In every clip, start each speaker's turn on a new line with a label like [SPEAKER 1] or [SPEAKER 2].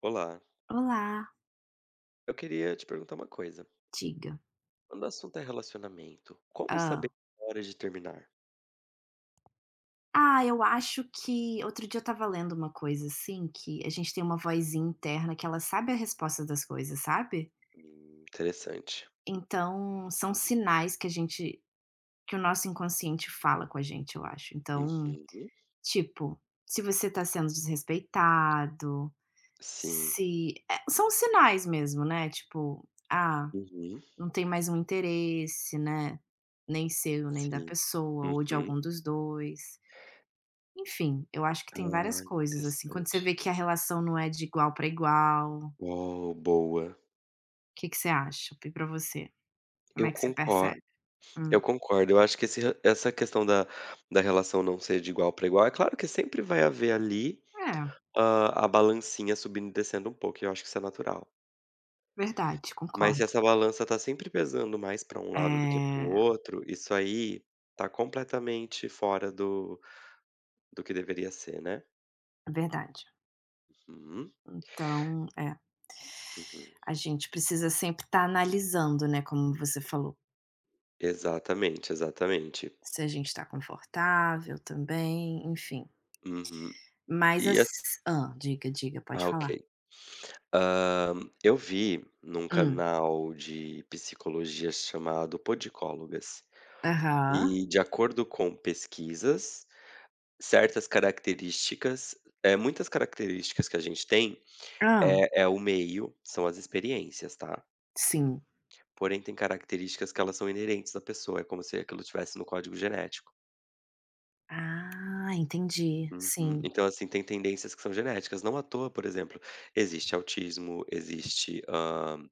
[SPEAKER 1] Olá,
[SPEAKER 2] Olá,
[SPEAKER 1] eu queria te perguntar uma coisa.
[SPEAKER 2] diga.
[SPEAKER 1] Quando o assunto é relacionamento, como saber
[SPEAKER 2] Ah,
[SPEAKER 1] a hora de terminar?
[SPEAKER 2] Ah, eu acho que outro dia eu estava lendo uma coisa assim, que a gente tem uma vozinha interna que ela sabe a resposta das coisas, sabe?
[SPEAKER 1] Interessante.
[SPEAKER 2] Então, são sinais que a gente que o nosso inconsciente fala com a gente, eu acho. Então,
[SPEAKER 1] Uhum.
[SPEAKER 2] tipo, se você tá sendo desrespeitado,
[SPEAKER 1] Sim.
[SPEAKER 2] se é, são sinais mesmo, né, tipo, ah,
[SPEAKER 1] Uhum.
[SPEAKER 2] não tem mais um interesse, né, nem seu, nem da
[SPEAKER 1] Sim.
[SPEAKER 2] pessoa ou de
[SPEAKER 1] Uhum.
[SPEAKER 2] algum dos 2. Enfim, eu acho que tem várias
[SPEAKER 1] Ah,
[SPEAKER 2] coisas, assim, quando você
[SPEAKER 1] interessante.
[SPEAKER 2] vê que a relação não é de igual para igual, o
[SPEAKER 1] Uau, boa.
[SPEAKER 2] que que você acha? E para você, como
[SPEAKER 1] Eu
[SPEAKER 2] é que você
[SPEAKER 1] concordo.
[SPEAKER 2] percebe? Hum,
[SPEAKER 1] Eu concordo. Eu acho que essa questão da relação não ser de igual para igual, é claro que sempre vai haver ali
[SPEAKER 2] é,
[SPEAKER 1] a balancinha subindo e descendo um pouco. E eu acho que isso é natural.
[SPEAKER 2] verdade,
[SPEAKER 1] Mas se
[SPEAKER 2] concordo.
[SPEAKER 1] essa balança tá sempre pesando mais pra um
[SPEAKER 2] É,
[SPEAKER 1] lado do que para o
[SPEAKER 2] é
[SPEAKER 1] outro, isso aí tá completamente fora do que deveria ser, né.
[SPEAKER 2] verdade.
[SPEAKER 1] Uhum,
[SPEAKER 2] Então, é.
[SPEAKER 1] uhum.
[SPEAKER 2] A gente precisa sempre estar analisando, né, como você falou,
[SPEAKER 1] Exatamente, exatamente.
[SPEAKER 2] se a gente está confortável também, enfim.
[SPEAKER 1] Uhum.
[SPEAKER 2] Mas
[SPEAKER 1] E
[SPEAKER 2] as ah Diga, diga, pode falar.
[SPEAKER 1] ok. Hã, eu vi num
[SPEAKER 2] Hum,
[SPEAKER 1] canal de psicologia chamado Podicólogas,
[SPEAKER 2] aham.
[SPEAKER 1] e de acordo com pesquisas, certas características é muitas características que a gente tem
[SPEAKER 2] Hã,
[SPEAKER 1] é o meio, são as experiências, tá.
[SPEAKER 2] sim.
[SPEAKER 1] Porém, tem características que elas são inerentes à pessoa, é como se aquilo tivesse no código genético.
[SPEAKER 2] Ah, entendi,
[SPEAKER 1] Uhum.
[SPEAKER 2] sim.
[SPEAKER 1] Então, assim, tem tendências que são genéticas. Não à toa, por exemplo, existe autismo, existe, hã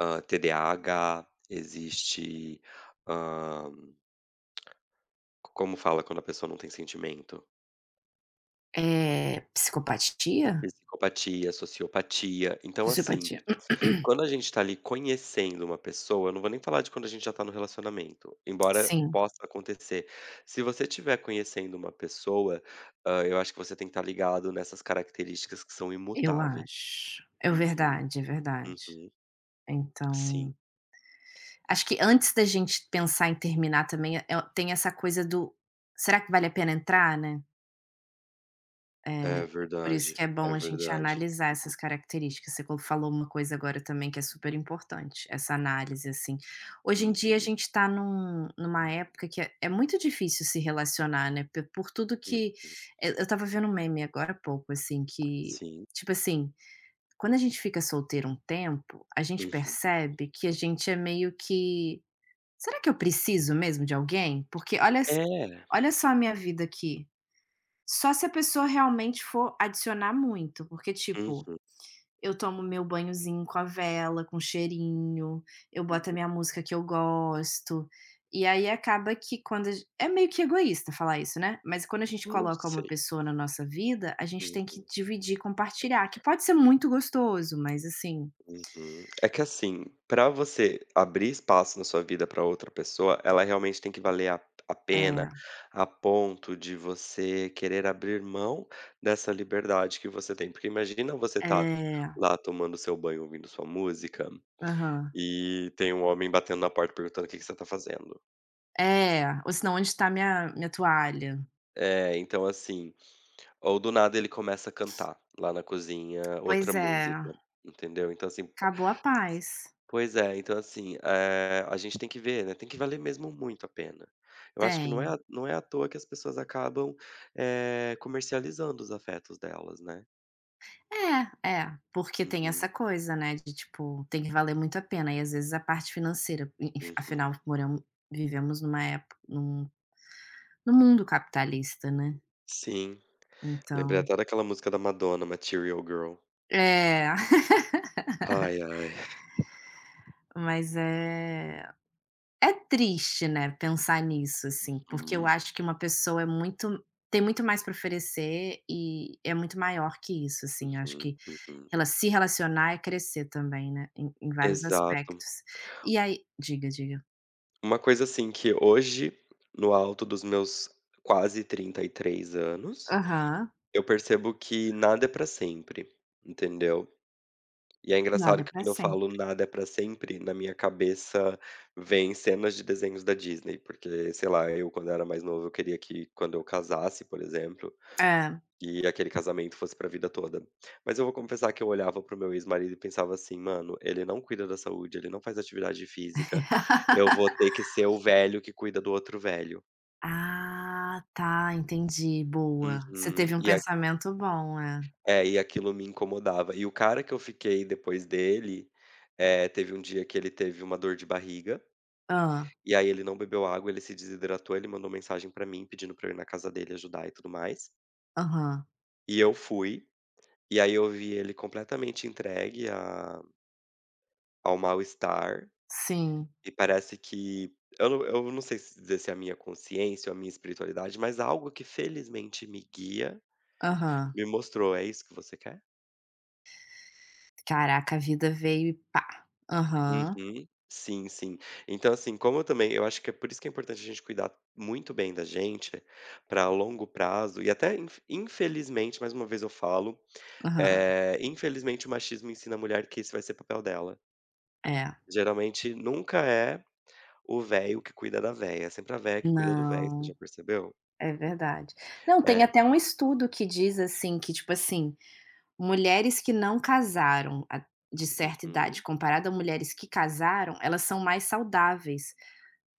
[SPEAKER 1] hã, TDAH, existe, hã, como fala quando a pessoa não tem sentimento?
[SPEAKER 2] É psicopatia?
[SPEAKER 1] Psicopatia, sociopatia. Então, assim.
[SPEAKER 2] Sociopatia.
[SPEAKER 1] Quando a gente tá ali conhecendo uma pessoa, eu não vou nem falar de quando a gente já tá no relacionamento, embora
[SPEAKER 2] Sim,
[SPEAKER 1] possa acontecer. Se você estiver conhecendo uma pessoa, eu acho que você tem que estar ligado nessas características que são
[SPEAKER 2] eu
[SPEAKER 1] imutáveis.
[SPEAKER 2] acho. É
[SPEAKER 1] Uhum,
[SPEAKER 2] verdade, é verdade.
[SPEAKER 1] uhum. Sim,
[SPEAKER 2] Então, acho que antes da gente pensar em terminar também, eh, tem essa coisa do: "Será que vale a pena entrar, né?" É,
[SPEAKER 1] é
[SPEAKER 2] por isso que
[SPEAKER 1] verdade,
[SPEAKER 2] é bom
[SPEAKER 1] é
[SPEAKER 2] a gente
[SPEAKER 1] verdade.
[SPEAKER 2] analisar essas características. Você co falou uma coisa agora também que é super importante, essa análise, assim. Hoje em dia a
[SPEAKER 1] Uhum,
[SPEAKER 2] gente está numa época que é muito difícil se relacionar, né, pe por tudo
[SPEAKER 1] uhum.
[SPEAKER 2] que eu estava vendo um meme agora há pouco, assim, que,
[SPEAKER 1] Sim,
[SPEAKER 2] tipo assim, quando a gente fica solteiro um tempo, a gente
[SPEAKER 1] uhum.
[SPEAKER 2] percebe que a gente é meio que: "Será que eu preciso mesmo de alguém? Porque
[SPEAKER 1] É,
[SPEAKER 2] olha só a minha vida aqui". Só se a pessoa realmente for adicionar muito, porque tipo,
[SPEAKER 1] uhum.
[SPEAKER 2] eu tomo meu banhozinho com a vela, com cheirinho, eu boto a minha música que eu gosto, e aí acaba que quando a gen é meio que egoísta falar isso, né, mas quando a gente
[SPEAKER 1] Não
[SPEAKER 2] coloca uma
[SPEAKER 1] sei.
[SPEAKER 2] pessoa na nossa vida, a gente tem que
[SPEAKER 1] Uhum.
[SPEAKER 2] dividir, compartilhar, que pode ser muito gostoso, mas assim
[SPEAKER 1] Uhum. É que assim, pra você abrir espaço na sua vida pra outra pessoa, ela realmente tem que valer a pena,
[SPEAKER 2] é,
[SPEAKER 1] a ponto de você querer abrir mão dessa liberdade que você tem. Porque imagina você tá
[SPEAKER 2] é,
[SPEAKER 1] lá tomando seu banho, ouvindo sua música,
[SPEAKER 2] aham.
[SPEAKER 1] e tem um homem batendo na porta perguntando o que que você tá fazendo.
[SPEAKER 2] É, ou senão: "Onde está minha toalha?".
[SPEAKER 1] É, então assim, ou do nada ele começa a cantar lá na cozinha outra
[SPEAKER 2] Pois é,
[SPEAKER 1] música, entendeu? Então assim.
[SPEAKER 2] acabou a paz.
[SPEAKER 1] Pois é, então assim, a gente tem que ver, né, tem que valer mesmo muito a pena. Eu acho que
[SPEAKER 2] Tem.
[SPEAKER 1] não é à toa que as pessoas acabam, comercializando os afetos delas, né.
[SPEAKER 2] É, é, porque tem
[SPEAKER 1] Uhum,
[SPEAKER 2] essa coisa, né, de tipo, tem que valer muito a pena e às vezes a parte financeira, e
[SPEAKER 1] uhum.
[SPEAKER 2] afinal moramos vivemos numa época, num mundo capitalista, né,
[SPEAKER 1] Sim, lembrei
[SPEAKER 2] então
[SPEAKER 1] até daquela música da Madonna, Material Girl.
[SPEAKER 2] É,
[SPEAKER 1] Ai, ai.
[SPEAKER 2] mas é triste, né, pensar nisso, assim, porque eu
[SPEAKER 1] Uhum,
[SPEAKER 2] acho que uma pessoa é muito tem muito mais para oferecer e é muito maior que isso, assim, eu acho
[SPEAKER 1] uhum,
[SPEAKER 2] que
[SPEAKER 1] uhum.
[SPEAKER 2] ela se relacionar é crescer também, né, em vários
[SPEAKER 1] Exato.
[SPEAKER 2] aspectos. E aí diga, diga.
[SPEAKER 1] Uma coisa assim que hoje, no alto dos meus quase 33 anos,
[SPEAKER 2] Aham.
[SPEAKER 1] eu percebo que nada é pra sempre, entendeu? E é
[SPEAKER 2] Nada
[SPEAKER 1] engraçado
[SPEAKER 2] é
[SPEAKER 1] que
[SPEAKER 2] pra
[SPEAKER 1] quando eu
[SPEAKER 2] sempre.
[SPEAKER 1] falo "Nada é pra sempre", na minha cabeça vem cenas de desenhos da Disney, porque, sei lá, eu quando era mais novo eu queria que quando eu casasse, por exemplo,
[SPEAKER 2] É.
[SPEAKER 1] e aquele casamento fosse pra vida toda. Mas eu vou confessar que eu olhava pro meu ex-marido e pensava assim: "Mano, ele não cuida da saúde, ele não faz atividade física, eu vou ter que ser o velho que cuida do outro velho".
[SPEAKER 2] Ah, tá, entendi, boa. Você
[SPEAKER 1] Uhum.
[SPEAKER 2] teve um
[SPEAKER 1] E a
[SPEAKER 2] pensamento bom, é.
[SPEAKER 1] é, e aquilo me incomodava. E o cara que eu fiquei depois dele, teve um dia que ele teve uma dor de barriga.
[SPEAKER 2] ah
[SPEAKER 1] E aí ele não bebeu água, ele se desidratou, ele mandou mensagem pra mim pedindo pra eu ir na casa dele ajudar e tudo mais.
[SPEAKER 2] Aham.
[SPEAKER 1] E eu fui, e aí eu vi ele completamente entregue a ao mal-estar,
[SPEAKER 2] Sim.
[SPEAKER 1] e parece que eu não sei se dizer se é a minha consciência ou a minha espiritualidade, mas algo que felizmente me guia,
[SPEAKER 2] Aham.
[SPEAKER 1] me mostrou: "É isso que você quer?".
[SPEAKER 2] Caraca, a vida veio e pá. Aham,
[SPEAKER 1] Uhum. Sim, sim. Então, assim, como eu também eu acho que é por isso que é importante a gente cuidar muito bem da gente, para longo prazo e até infelizmente, mais uma vez eu falo,
[SPEAKER 2] aham.
[SPEAKER 1] Infelizmente o machismo ensina a mulher que esse vai ser o papel dela.
[SPEAKER 2] É.
[SPEAKER 1] Geralmente nunca é o velho que cuida da véia, é sempre a véia que cuida do velho, você
[SPEAKER 2] Não,
[SPEAKER 1] já percebeu?
[SPEAKER 2] é verdade. Não, tem
[SPEAKER 1] É.
[SPEAKER 2] até um estudo que diz, assim, que, tipo assim, mulheres que não casaram a de certa idade
[SPEAKER 1] Uhum.
[SPEAKER 2] comparada a mulheres que casaram, elas são mais saudáveis.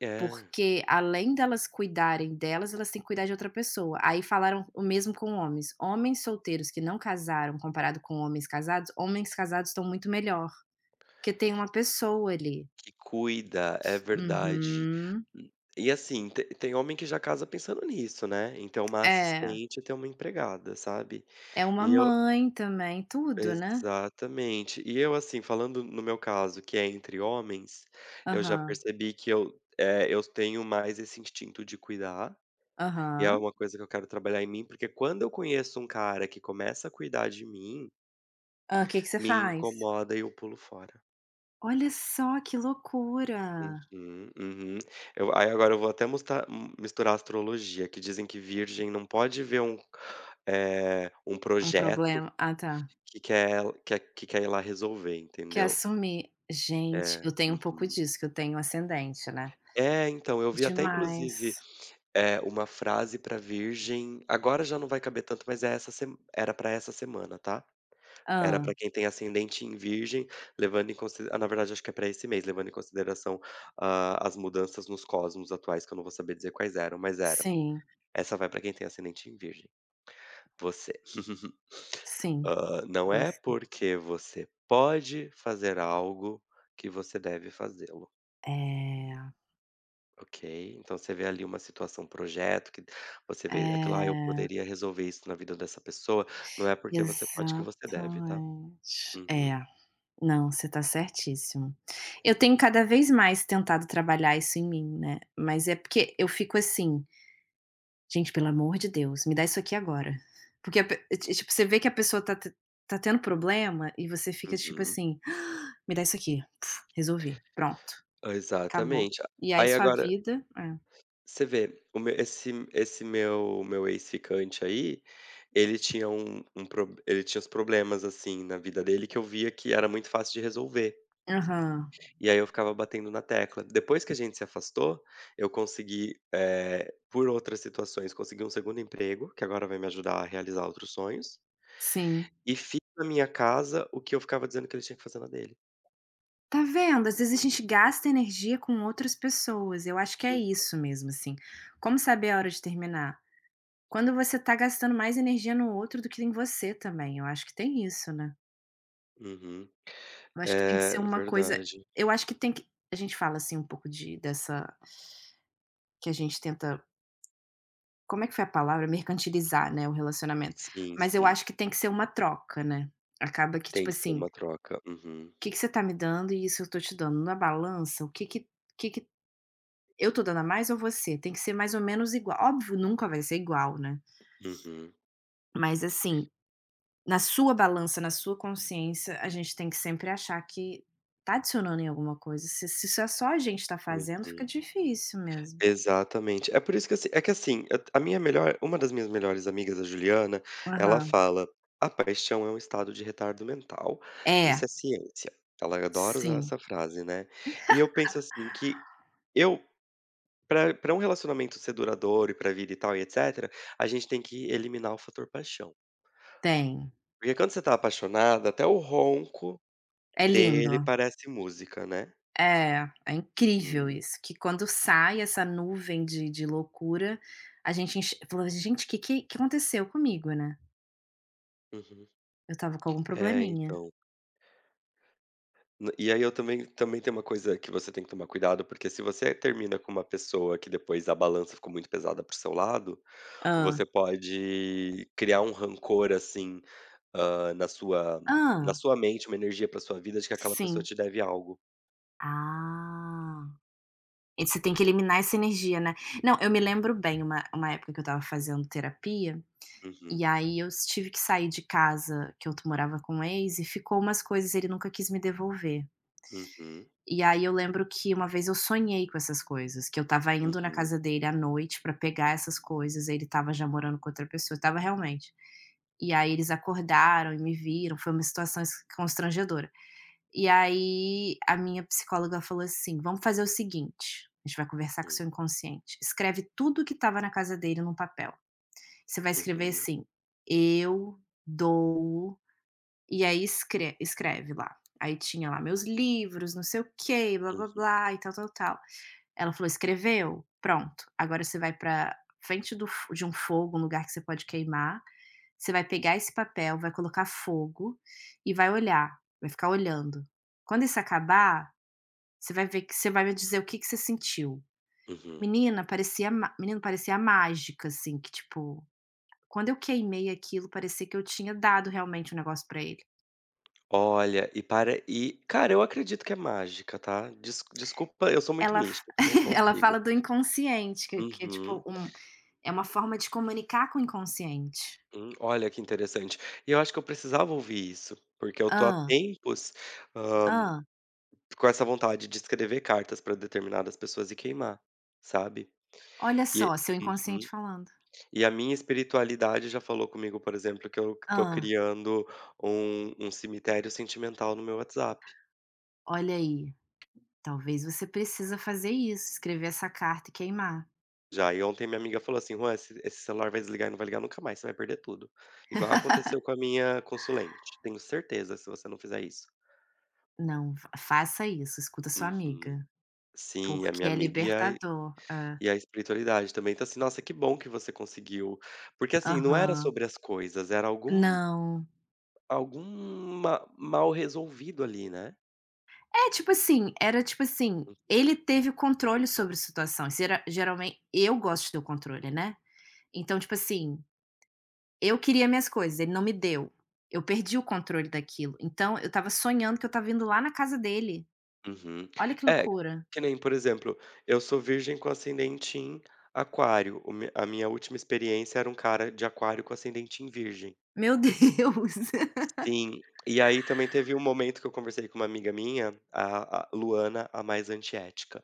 [SPEAKER 1] É,
[SPEAKER 2] Porque além delas cuidarem delas, elas têm que cuidar de outra pessoa. Aí falaram o mesmo com homens. Homens solteiros que não casaram comparado com homens casados estão muito melhor, porque tem uma pessoa ali.
[SPEAKER 1] que cuida, é verdade.
[SPEAKER 2] Uhum.
[SPEAKER 1] E assim, te tem homem que já casa pensando nisso, né, em ter uma
[SPEAKER 2] É,
[SPEAKER 1] assistente e ter uma empregada, sabe.
[SPEAKER 2] é uma
[SPEAKER 1] E eu
[SPEAKER 2] mãe também, tudo, né.
[SPEAKER 1] Exatamente. E eu assim, falando no meu caso, que é entre homens, eu já
[SPEAKER 2] Aham,
[SPEAKER 1] percebi que eu tenho mais esse instinto de cuidar, e é
[SPEAKER 2] aham.
[SPEAKER 1] uma coisa que eu quero trabalhar em mim, porque quando eu conheço um cara que começa a cuidar de mim,
[SPEAKER 2] Ah, o que que você
[SPEAKER 1] me
[SPEAKER 2] faz?
[SPEAKER 1] incomoda e eu pulo fora.
[SPEAKER 2] Olha só que loucura.
[SPEAKER 1] Uhum, uhum. Eu aí agora eu vou até misturar astrologia, que dizem que virgem não pode ver um
[SPEAKER 2] Um
[SPEAKER 1] projeto
[SPEAKER 2] problema tá.
[SPEAKER 1] que que quer ir lá resolver,
[SPEAKER 2] Que é
[SPEAKER 1] entendeu.
[SPEAKER 2] assumir. Gente,
[SPEAKER 1] É,
[SPEAKER 2] eu tenho um pouco
[SPEAKER 1] uhum.
[SPEAKER 2] disso, que eu tenho ascendente, né.
[SPEAKER 1] É, então, eu vi até inclusive,
[SPEAKER 2] Demais.
[SPEAKER 1] é uma frase pra virgem, agora já não vai caber tanto, mas é essa sem era pra essa semana, tá. Era para
[SPEAKER 2] Hã.
[SPEAKER 1] quem tem ascendente em virgem, levando na verdade acho que é para esse mês, levando em consideração, as mudanças nos cosmos atuais, que eu não vou saber dizer quais eram, mas era.
[SPEAKER 2] Sim,
[SPEAKER 1] Essa vai para quem tem ascendente em virgem. Você,
[SPEAKER 2] sim,
[SPEAKER 1] não é
[SPEAKER 2] gostei.
[SPEAKER 1] porque você pode fazer algo que você deve fazê-lo,
[SPEAKER 2] É,
[SPEAKER 1] ok? Então você vê ali uma situação, um projeto que você vê aquilo: "Ah, eu
[SPEAKER 2] é,
[SPEAKER 1] poderia resolver isso na vida dessa pessoa", não é porque você pode que você deve, tá?
[SPEAKER 2] exatamente.
[SPEAKER 1] Uhum,
[SPEAKER 2] É, não, você está certíssimo. Eu tenho cada vez mais tentado trabalhar isso em mim, né, mas é porque eu fico assim: "Gente, pelo amor de Deus, me dá isso aqui agora". Porque a pe ti tipo, você vê que a pessoa tá tendo problema e você fica tipo
[SPEAKER 1] uhum.
[SPEAKER 2] assim: "Ah, "Me dá isso aqui, resolvi, pronto, acabou".
[SPEAKER 1] Exatamente.
[SPEAKER 2] E aí
[SPEAKER 1] Aí
[SPEAKER 2] sua
[SPEAKER 1] agora,
[SPEAKER 2] vida é.
[SPEAKER 1] você vê, o meu esse esse meu meu ex-ficante aí, ele tinha os problemas, assim, na vida dele que eu via que era muito fácil de resolver.
[SPEAKER 2] Aham,
[SPEAKER 1] E aí eu ficava batendo na tecla. Depois que a gente se afastou, eu consegui, por outras situações, consegui um segundo emprego, que agora vai me ajudar a realizar outros sonhos,
[SPEAKER 2] sim.
[SPEAKER 1] e fiz na minha casa o que eu ficava dizendo que ele tinha que fazer na dele.
[SPEAKER 2] Tá vendo? Às vezes a gente gasta energia com outras pessoas. Eu acho que é
[SPEAKER 1] Hum.
[SPEAKER 2] isso mesmo, assim. Como saber a hora de terminar? Quando você tá gastando mais energia no outro do que em você também. Eu acho que tem isso, né?
[SPEAKER 1] Uhum.
[SPEAKER 2] Eu acho que tem que
[SPEAKER 1] É,
[SPEAKER 2] ser uma coisa.
[SPEAKER 1] verdade.
[SPEAKER 2] Eu acho que tem que. A gente fala assim um pouco de dessa. Que a gente tenta. Como é que foi a palavra? Mercantilizar, né? O relacionamento.
[SPEAKER 1] Sim,
[SPEAKER 2] Mas eu
[SPEAKER 1] sim.
[SPEAKER 2] acho que tem que ser uma troca, né? Acaba que, tipo
[SPEAKER 1] Tem que ser
[SPEAKER 2] assim, o
[SPEAKER 1] uma troca. Uhum,
[SPEAKER 2] que, que você tá me dando e isso eu tô te dando. Na balança, o que que. O que, que eu tô dando a mais ou você? Tem que ser mais ou menos igual. Óbvio, nunca vai ser igual, né.
[SPEAKER 1] uhum,
[SPEAKER 2] Mas assim, na sua balança, na sua consciência, a gente tem que sempre achar que tá adicionando em alguma coisa. Se isso é só a gente tá fazendo, fica
[SPEAKER 1] uhum.
[SPEAKER 2] difícil mesmo.
[SPEAKER 1] Exatamente. É por isso que, assim é que assim, eu a minha melhor uma das minhas melhores amigas, a Juliana, ela
[SPEAKER 2] Aham.
[SPEAKER 1] fala: "A paixão é um estado de retardo mental,
[SPEAKER 2] É,
[SPEAKER 1] isso é ciência". Ela adora usar
[SPEAKER 2] sim,
[SPEAKER 1] essa frase, né. E eu penso assim que eu para para um relacionamento ser duradouro e pra vida e tal e etcétera, a gente tem que eliminar o fator paixão.
[SPEAKER 2] tem.
[SPEAKER 1] Porque quando você tá apaixonado até o ronco
[SPEAKER 2] É lindo.
[SPEAKER 1] dele parece música, né.
[SPEAKER 2] É, é incrível
[SPEAKER 1] Uhum,
[SPEAKER 2] isso, que quando sai essa nuvem de loucura, a gente enx fala: "Gente, o que que aconteceu comigo, né?
[SPEAKER 1] uhum.
[SPEAKER 2] Eu tava com algum
[SPEAKER 1] É,
[SPEAKER 2] probleminha".
[SPEAKER 1] então. N e aí eu também também tem uma coisa que você tem que tomar cuidado, porque se você termina com uma pessoa que depois a balança ficou muito pesada para seu lado, você
[SPEAKER 2] Ah.
[SPEAKER 1] pode criar um rancor, assim, hã, na sua na
[SPEAKER 2] Ah.
[SPEAKER 1] sua mente, uma energia para sua vida de que aquela pessoa
[SPEAKER 2] Sim.
[SPEAKER 1] te deve algo.
[SPEAKER 2] Ah, e você tem que eliminar essa energia, né. Não, eu me lembro bem uma época que eu estava fazendo terapia,
[SPEAKER 1] Uhum,
[SPEAKER 2] e aí eu tive que sair de casa, que eu to morava com um ex, e ficou umas coisas, ele nunca quis me devolver.
[SPEAKER 1] uhum,
[SPEAKER 2] E aí eu lembro que uma vez eu sonhei com essas coisas, que eu tava indo na
[SPEAKER 1] uhum,
[SPEAKER 2] casa dele à noite pra pegar essas coisas, ele tava já morando com outra pessoa, tava realmente. E aí eles acordaram e me viram, foi uma situação es constrangedora. E aí a minha psicóloga falou assim: "Vamos fazer o seguinte, a gente vai conversar com o
[SPEAKER 1] hum,
[SPEAKER 2] seu inconsciente. Escreve tudo o que estava na casa dele num papel. Você vai escrever
[SPEAKER 1] uhum,
[SPEAKER 2] assim: 'Eu dou'", e aí escreve lá. Aí tinha lá meus livros, não sei o quê, blá blá
[SPEAKER 1] uhum,
[SPEAKER 2] blá e tal, tal, tal. Ela falou: "Escreveu? Pronto. Agora você vai pra frente do fo de um fogo, um lugar que você pode queimar, você vai pegar esse papel, vai colocar fogo e vai olhar, vai ficar olhando. Quando isso acabar, você vai ver que você vai me dizer o que que você sentiu.
[SPEAKER 1] uhum.
[SPEAKER 2] Menina, parecia ma menino, parecia mágica, assim, que tipo, quando eu queimei aquilo, parecia que eu tinha dado realmente o negócio pra ele.
[SPEAKER 1] Olha, e cara, eu acredito que é mágica, tá. Desculpa, eu sou muito
[SPEAKER 2] Ela f
[SPEAKER 1] místico, não
[SPEAKER 2] Ela
[SPEAKER 1] consigo.
[SPEAKER 2] fala do inconsciente, que é
[SPEAKER 1] Uhum.
[SPEAKER 2] tipo um é uma forma de comunicar com o inconsciente.
[SPEAKER 1] Olha que interessante. E eu acho que eu precisava ouvir isso, porque eu tô há
[SPEAKER 2] Ah
[SPEAKER 1] tempos, hã,
[SPEAKER 2] ah,
[SPEAKER 1] com essa vontade de escrever cartas pra determinadas pessoas e queimar, sabe.
[SPEAKER 2] olha
[SPEAKER 1] E
[SPEAKER 2] só", seu inconsciente
[SPEAKER 1] uhum.
[SPEAKER 2] falando.
[SPEAKER 1] E a minha espiritualidade já falou comigo, por exemplo, que eu tô
[SPEAKER 2] ah
[SPEAKER 1] criando um cemitério sentimental no meu WhatsApp
[SPEAKER 2] olha aí, talvez você precisa fazer isso, escrever essa carta e queimar.
[SPEAKER 1] já. E ontem minha amiga falou assim: "Juan, esse celular vai desligar e não vai ligar nunca mais, você vai perder tudo". Igual aconteceu com a minha consulente, tenho certeza, se você não fizer isso.
[SPEAKER 2] Não, fa faça isso, escuta sua
[SPEAKER 1] Uhum.
[SPEAKER 2] amiga,
[SPEAKER 1] Sim, a
[SPEAKER 2] porque
[SPEAKER 1] minha
[SPEAKER 2] é
[SPEAKER 1] amiga ia.
[SPEAKER 2] libertador". É.
[SPEAKER 1] E a espiritualidade também. Então, assim, nossa, que bom que você conseguiu. Porque, assim, não era
[SPEAKER 2] Aham.
[SPEAKER 1] sobre as coisas, era algum
[SPEAKER 2] Não.
[SPEAKER 1] algum ma mal resolvido ali, né.
[SPEAKER 2] É, tipo assim, era tipo assim,
[SPEAKER 1] Uhum.
[SPEAKER 2] ele teve o controle sobre a situação, gera geralmen eu gosto de ter o controle, né. Então, tipo assim, eu queria minhas coisas, ele não me deu, eu perdi o controle daquilo, então eu estava sonhando que eu tava indo lá na casa dele,
[SPEAKER 1] Uhum.
[SPEAKER 2] olha que
[SPEAKER 1] É,
[SPEAKER 2] loucura.
[SPEAKER 1] que nem, por exemplo, eu sou virgem com ascendente em aquário. O me a minha última experiência era um cara de aquário com ascendente em virgem.
[SPEAKER 2] Meu Deus.
[SPEAKER 1] Sim. E aí também teve um momento que eu conversei com uma amiga minha, a Luana, a mais antiética.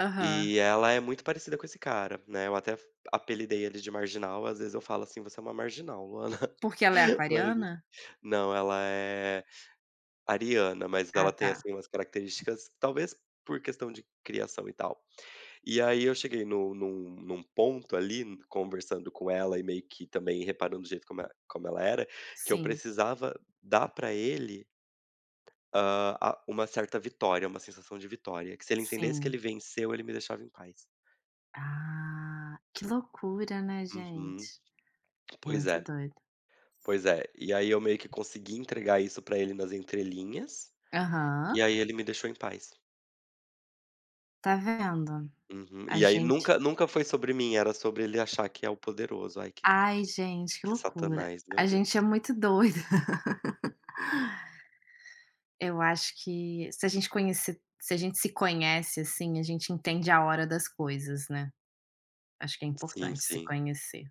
[SPEAKER 2] Aham.
[SPEAKER 1] E ela é muito parecida com esse cara, né, eu até apelidei ele de marginal, às vezes eu falo assim: "Você é uma marginal, Luana".
[SPEAKER 2] Porque ela é
[SPEAKER 1] Mas
[SPEAKER 2] aquariana?
[SPEAKER 1] não, ela é ariana, mas
[SPEAKER 2] Ah
[SPEAKER 1] ela tem,
[SPEAKER 2] tá,
[SPEAKER 1] assim, umas características, talvez por questão de criação e tal. E aí eu cheguei no num num ponto ali, conversando com ela e meio que também reparando o jeito como ela era, que eu
[SPEAKER 2] sim,
[SPEAKER 1] precisava dar pra ele, a uma certa vitória, uma sensação de vitória, que se ele entendesse que
[SPEAKER 2] sim.
[SPEAKER 1] ele venceu, ele me deixava em paz.
[SPEAKER 2] Ah, que loucura, né
[SPEAKER 1] Uhum.
[SPEAKER 2] gente.
[SPEAKER 1] Pois
[SPEAKER 2] Muito
[SPEAKER 1] é.
[SPEAKER 2] doido.
[SPEAKER 1] Pois é, e aí eu meio que consegui entregar isso pra ele nas entrelinhas,
[SPEAKER 2] Aham,
[SPEAKER 1] e aí ele me deixou em paz.
[SPEAKER 2] tá vendo.
[SPEAKER 1] Uhum.
[SPEAKER 2] A
[SPEAKER 1] E aí
[SPEAKER 2] gente
[SPEAKER 1] nunca foi sobre mim, era sobre ele achar que é o poderoso. Ai, que
[SPEAKER 2] ai, gente, que
[SPEAKER 1] que
[SPEAKER 2] loucura.
[SPEAKER 1] satanás, meu
[SPEAKER 2] A gente é
[SPEAKER 1] Deus.
[SPEAKER 2] muito doido.
[SPEAKER 1] Uhum.
[SPEAKER 2] Eu acho que se a gente se conhece, assim, a gente entende a hora das coisas, né. Acho que é
[SPEAKER 1] Sim,
[SPEAKER 2] importante se
[SPEAKER 1] sim.
[SPEAKER 2] conhecer.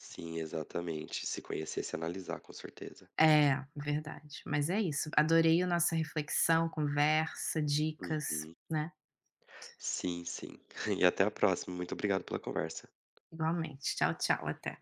[SPEAKER 1] Sim, exatamente. Se conhecesse, analisar, com certeza.
[SPEAKER 2] É, verdade. Mas é isso, adorei a nossa reflexão, conversa, dicas,
[SPEAKER 1] Uhum.
[SPEAKER 2] né.
[SPEAKER 1] Sim, sim. E até a próxima. Muito obrigado pela conversa.
[SPEAKER 2] Igualmente. Tchau, tchau, até.